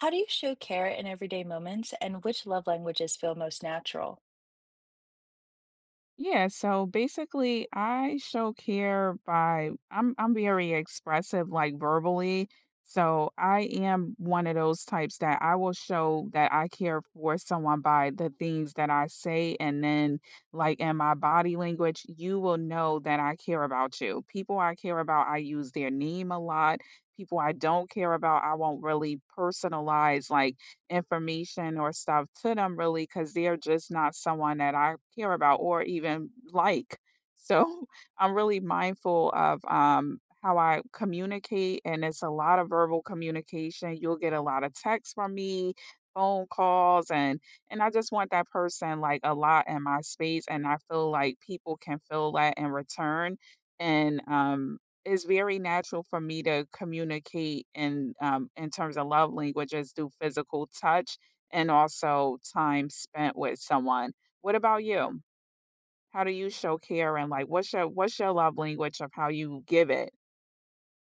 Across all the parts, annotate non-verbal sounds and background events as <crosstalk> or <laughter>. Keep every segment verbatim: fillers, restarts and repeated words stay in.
How do you show care in everyday moments, and which love languages feel most natural? Yeah, so basically I show care by I'm I'm very expressive, like, verbally. So I am one of those types that I will show that I care for someone by the things that I say, and then like in my body language, you will know that I care about you. People I care about, I use their name a lot. People I don't care about, I won't really personalize like information or stuff to them really, because 'cause they're just not someone that I care about or even like. So <laughs> I'm really mindful of um, how I communicate, and it's a lot of verbal communication. You'll get a lot of texts from me, phone calls, and and I just want that person like a lot in my space, and I feel like people can feel that in return. And um, It's very natural for me to communicate in um, in terms of love languages through physical touch and also time spent with someone. What about you? How do you show care, and like what's your what's your love language of how you give it?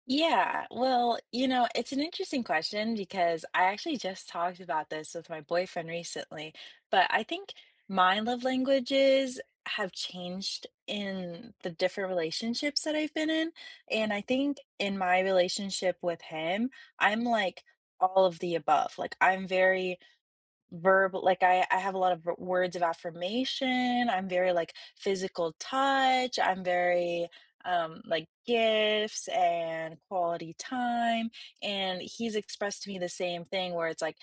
Yeah, well, you know, it's an interesting question because I actually just talked about this with my boyfriend recently, but I think my love languages have changed in the different relationships that I've been in. And I think in my relationship with him, I'm like all of the above. Like I'm very verb like I, I have a lot of v- words of affirmation. I'm very like physical touch. I'm very um like gifts and quality time, and he's expressed to me the same thing where it's like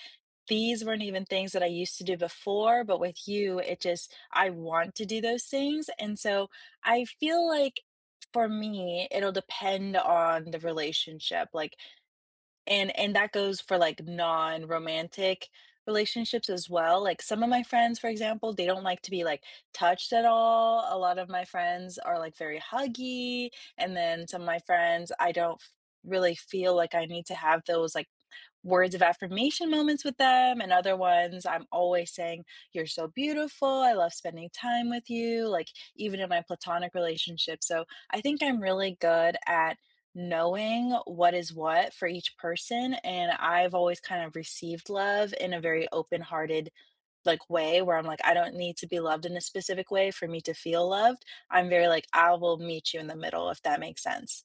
these weren't even things that I used to do before, but with you it just I want to do those things. And so I feel like for me it'll depend on the relationship, like, and and that goes for, like, non-romantic relationships as well, like, some of my friends, for example, they don't like to be, like, touched at all. A lot of my friends are, like, very huggy, and then some of my friends, I don't f really feel like I need to have those, like, words of affirmation moments with them, and other ones I'm always saying, "You're so beautiful. I love spending time with you," like, even in my platonic relationship. So I think I'm really good at knowing what is what for each person, and I've always kind of received love in a very open-hearted, like, way where I'm like, "I don't need to be loved in a specific way for me to feel loved." I'm very like, "I will meet you in the middle," if that makes sense.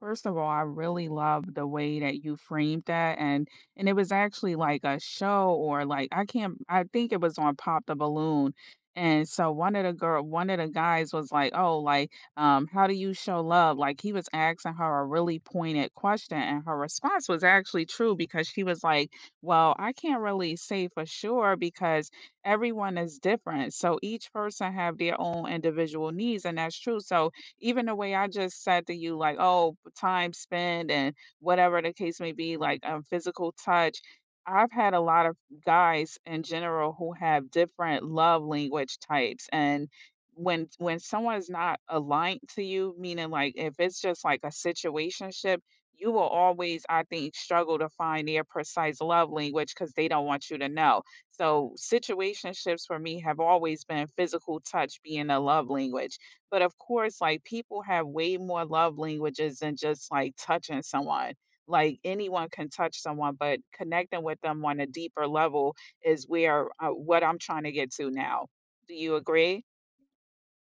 First of all, I really love the way that you framed that, and and it was actually like a show, or like I can't, I think it was on Pop the Balloon. And so one of the girl one of the guys was like, "Oh, like um how do you show love?" Like he was asking her a really pointed question, and her response was actually true, because she was like, "Well, I can't really say for sure, because everyone is different. So each person have their own individual needs, and that's true." So even the way I just said to you, like, oh, time spent and whatever the case may be, like um, physical touch. I've had a lot of guys in general who have different love language types, and when when someone's not aligned to you, meaning like if it's just like a situationship, you will always, I think, struggle to find their precise love language, because they don't want you to know. So situationships for me have always been physical touch being a love language, but of course, like people have way more love languages than just like touching someone. Like anyone can touch someone, but connecting with them on a deeper level is where uh, what I'm trying to get to now. Do you agree?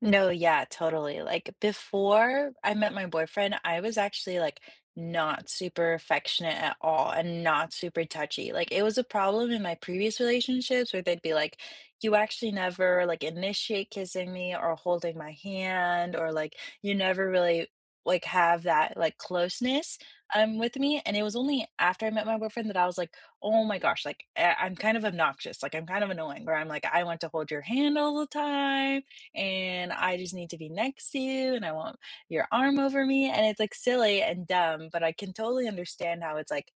No, yeah, totally. Like before I met my boyfriend, I was actually like not super affectionate at all and not super touchy. Like it was a problem in my previous relationships where they'd be like, you actually never like initiate kissing me or holding my hand, or like you never really like have that like closeness um with me. And it was only after I met my boyfriend that I was like, oh my gosh, like I- I'm kind of obnoxious. Like I'm kind of annoying where I'm like, I want to hold your hand all the time and I just need to be next to you, and I want your arm over me. And it's like silly and dumb, but I can totally understand how it's like,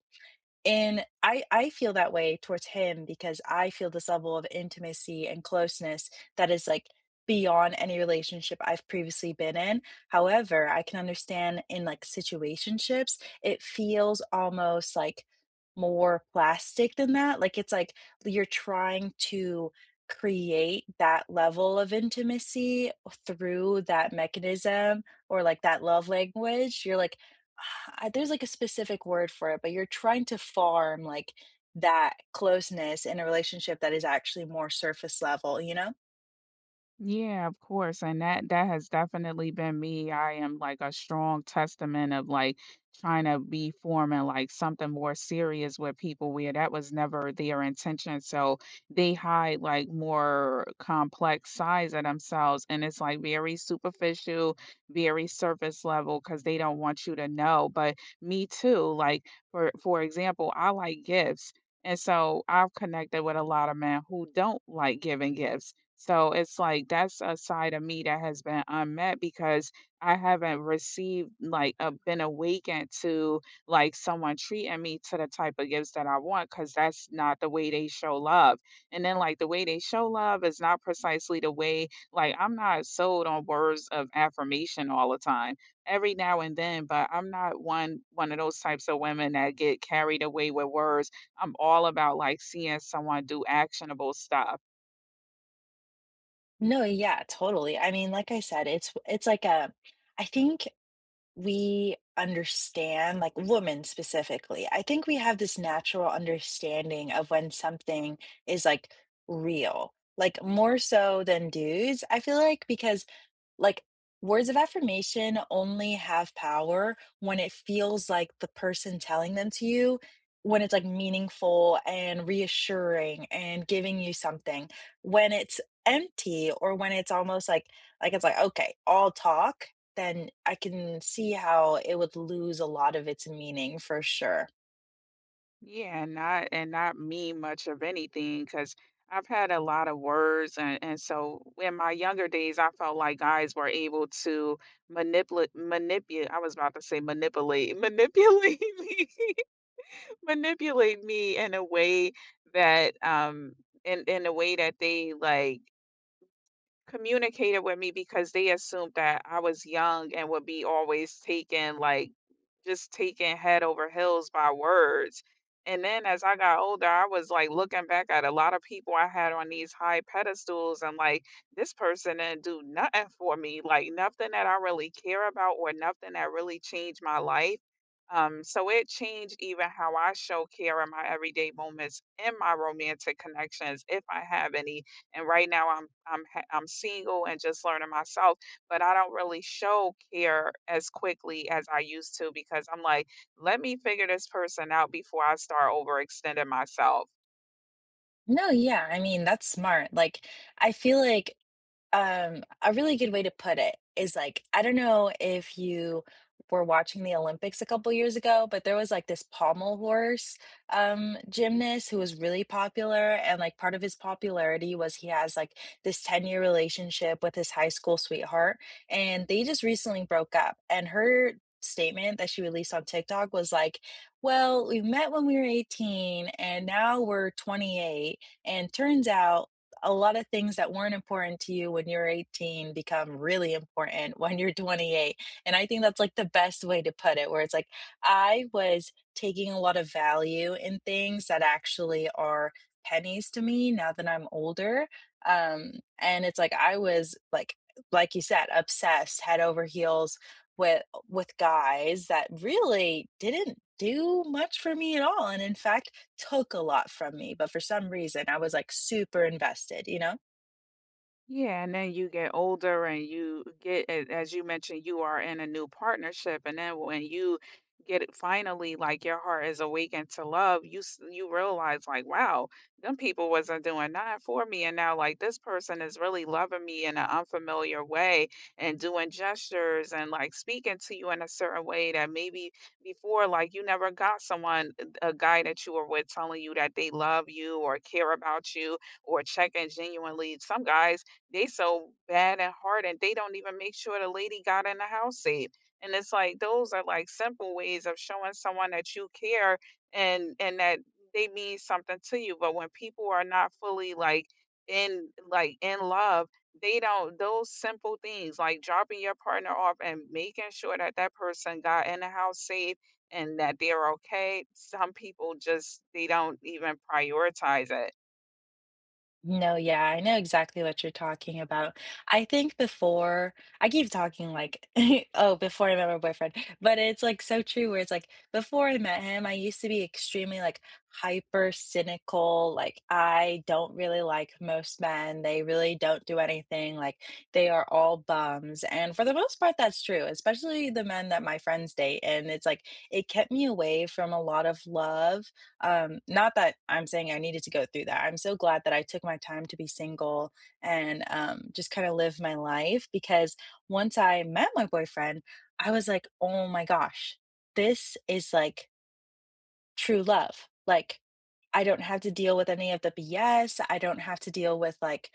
and I I feel that way towards him because I feel this level of intimacy and closeness that is, like, beyond any relationship I've previously been in. However, I can understand in, like, situationships, it feels almost, like, more plastic than that, like, it's like you're trying to create that level of intimacy through that mechanism, or, like, that love language. You're, like, I there's, like, a specific word for it, but you're trying to farm, like, that closeness in a relationship that is actually more surface level, you know? Yeah, of course. And that that has definitely been me. I am like a strong testament of like trying to be forming like something more serious with people where that was never their intention. So they hide like more complex sides of themselves, and it's like very superficial, very surface level, because they don't want you to know. But me too, like for for example, I like gifts. And so I've connected with a lot of men who don't like giving gifts. So it's like that's a side of me that has been unmet, because I haven't received like uh, been awakened to like someone treating me to the type of gifts that I want, because that's not the way they show love. And then like the way they show love is not precisely the way, like I'm not sold on words of affirmation all the time. Every now and then, but I'm not one one of those types of women that get carried away with words. I'm all about like seeing someone do actionable stuff. No, yeah, totally. I mean, like I said, it's it's like a I think we understand, like, women specifically. I think we have this natural understanding of when something is, like, real, like, more so than dudes, I feel like, because like, words of affirmation only have power when it feels like the person telling them to you, when it's, like, meaningful and reassuring and giving you something. When it's empty or when it's almost like like, it's like, "Okay, all talk," then I can see how it would lose a lot of its meaning for sure. Yeah, and not, and not mean much of anything, because I've had a lot of words, and, and so in my younger days I felt like guys were able to manipulate manipulate I was about to say manipulate <laughs> manipulate me <laughs> manipulate me in a way that um in, in a way that they like communicated with me, because they assumed that I was young and would be always taken, like just taken head over heels by words. And then as I got older, I was like looking back at a lot of people I had on these high pedestals, and like, this person didn't do nothing for me, like nothing that I really care about or nothing that really changed my life. Um, so it changed even how I show care in my everyday moments in my romantic connections, if I have any. And right now I'm I'm ha- I'm single and just learning myself, but I don't really show care as quickly as I used to, because I'm like, let me figure this person out before I start overextending myself. No, yeah, I mean, that's smart. Like, I feel like Um, a really good way to put it is, like, I don't know if you were watching the Olympics a couple years ago, but there was, like, this pommel horse, um, gymnast who was really popular, and, like, part of his popularity was he has, like, this ten-year relationship with his high school sweetheart, and they just recently broke up, and her statement that she released on TikTok was like, "Well, we met when we were eighteen, and now we're twenty-eight, and turns out a lot of things that weren't important to you when you're eighteen become really important when you're twenty-eight" And I think that's like the best way to put it, where it's like, I was taking a lot of value in things that actually are pennies to me now that I'm older. Um, and it's like, I was like, like you said, obsessed head over heels with with guys that really didn't do much for me at all, and in fact took a lot from me, but for some reason I was like super invested, you know? Yeah, and then you get older and you get, a- as you mentioned, you are in a new partnership. And then when you get it finally, like your heart is awakened to love, you s- you realize like, wow, them people wasn't doing nothing for me. And now like this person is really loving me in an unfamiliar way, and doing gestures and like speaking to you in a certain way that maybe before, like you never got someone, uh, a guy that you were with telling you that they love you or care about you or checking genuinely. Some guys, they so bad at heart and they don't even make sure the lady got in the house safe. And it's like those are like simple ways of showing someone that you care, and and that they mean something to you. But when people are not fully like in like in love, they don't, those simple things like dropping your partner off and making sure that that person got in the house safe and that they're okay, some people just they don't even prioritize it. No, yeah, I know exactly what you're talking about. I think before I keep talking like, <laughs> oh, before I met my boyfriend, but it's like so true where it's like before I met him, I used to be extremely like hyper cynical. Like, I don't really like most men. They really don't do anything. Like, they are all bums. And for the most part, that's true, especially the men that my friends date. And it's like it kept me away from a lot of love, um, not that I'm saying I needed to go through that. I'm so glad that I took my time to be single and, um, just kinda live my life because once I met my boyfriend, I was like, "Oh my gosh, this is, like, true love." Like, I don't have to deal with any of the B S, I don't have to deal with, like,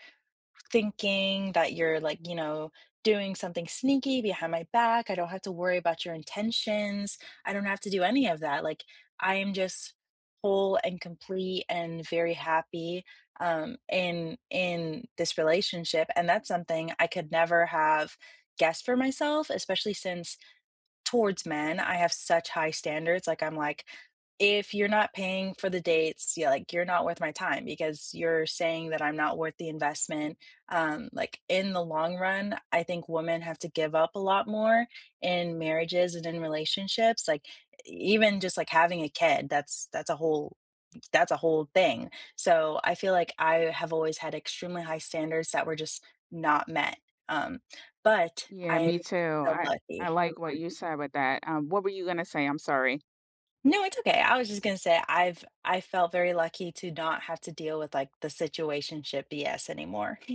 thinking that you're like, you know, doing something sneaky behind my back. I don't have to worry about your intentions. I don't have to do any of that. Like, I am just whole and complete and very happy um in in this relationship, and that's something I could never have guessed for myself, especially since towards men, I have such high standards, like, I'm like, "If you're not paying for the dates, yeah, like, you're not worth my time because you're saying that I'm not worth the investment." Um, like, in the long run, I think women have to give up a lot more in marriages and in relationships, like, e even just, like, having a kid, that's that's a whole that's a whole thing. So, I feel like I have always had extremely high standards that were just not met, um, but Yeah, I am me too. so I I lucky. like what you said with that. Um, what were you gonna say? I'm sorry. No, it's okay. I was just gonna say I've I felt very lucky to not have to deal with like the situationship B S anymore. <laughs>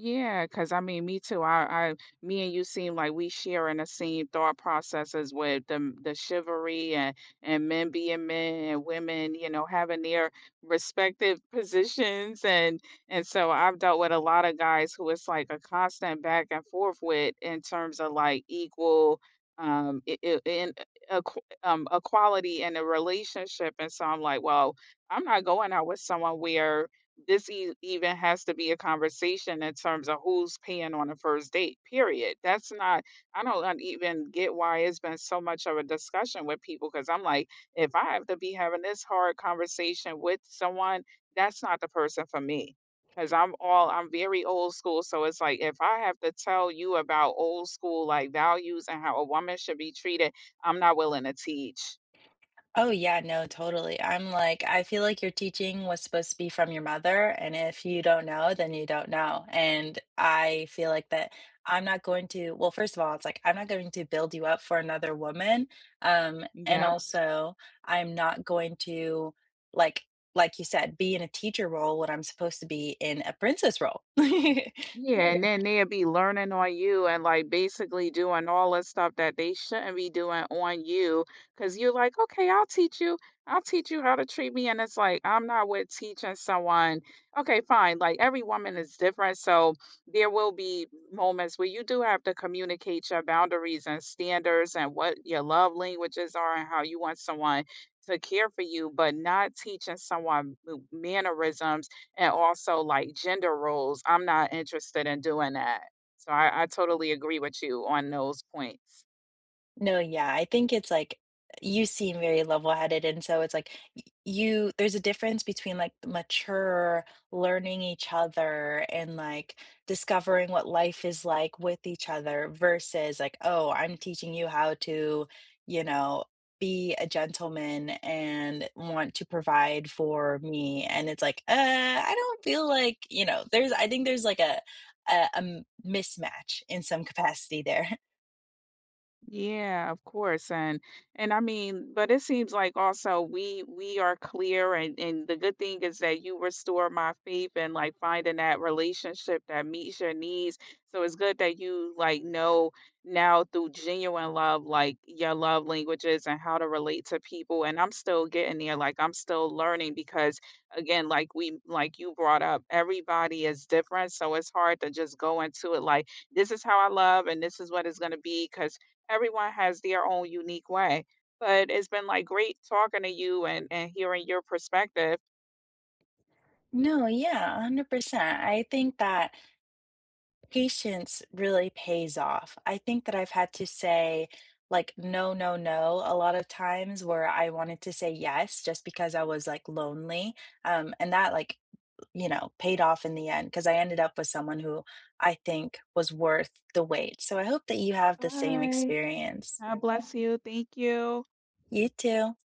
Yeah, cause I mean, me too. I, I, me and you seem like we sharing the same thought processes, with the the chivalry and and men being men and women, you know, having their respective <laughs> positions, and and so I've dealt with a lot of guys who it's like a constant back and forth with, in terms of like equal um i- i- in equ- um equality in a relationship. And so I'm like, well, I'm not going out with someone where this e- even has to be a conversation in terms of who's paying on the first date, period. That's not, I don't un- even get why it's been so much of a discussion with people, because I'm like, if I have to be having this hard conversation with someone, that's not the person for me. Because I'm all, I'm very old school, so it's like if I have to tell you about old school like values and how a woman should be treated, I'm not willing to teach. Oh yeah, no, totally. I'm like, I feel like your teaching was supposed to be from your mother, and if you don't know, then you don't know. And I feel like that I'm not going to, well, first of all, it's like I'm not going to build you up for another woman. Um, and Yep. also I'm not going to like like you said, be in a teacher role when I'm supposed to be in a princess role. <laughs> Yeah, and then they'll be learning on you and like basically doing all the stuff that they shouldn't be doing on you, because you're like, okay, I'll teach you. I'll teach you how to treat me. And it's like, I'm not with teaching someone. Okay, fine. Like every woman is different. So there will be moments where you do have to communicate your boundaries and standards and what your love languages are and how you want someone to care for you, but not teaching someone mannerisms and also like gender roles. I'm not interested in doing that. So I, I totally agree with you on those points. No, yeah, I think it's like you seem very level-headed, and so it's like y you there's a difference between, like, mature learning each other and, like, discovering what life is like with each other versus like, "Oh, I'm teaching you how to, you know, be a gentleman and want to provide for me," and it's like, "Uh, I don't feel like" you know, there's I think there's like a a a m mismatch in some capacity there. Yeah, of course. And and I mean, but it seems like also we we are clear, and and the good thing is that you restore my faith and like finding that relationship that meets your needs. So it's good that you like know now, through genuine love, like your love languages and how to relate to people. And I'm still getting there. Like I'm still learning, because again, like we like you brought up, everybody is different. So it's hard to just go into it like, this is how I love and this is what it's going to be, because everyone has their own unique way. But it's been like great talking to you, and and hearing your perspective. No, yeah, one hundred percent. I think that patience really pays off. I think that I've had to say, like, no, no, no, a lot of times where I wanted to say yes just because I was like lonely. Um, and that, like, you know, paid off in the end because I ended up with someone who I think was worth the wait. So I hope that you have the same Bye. experience. God bless you. Thank you. You too.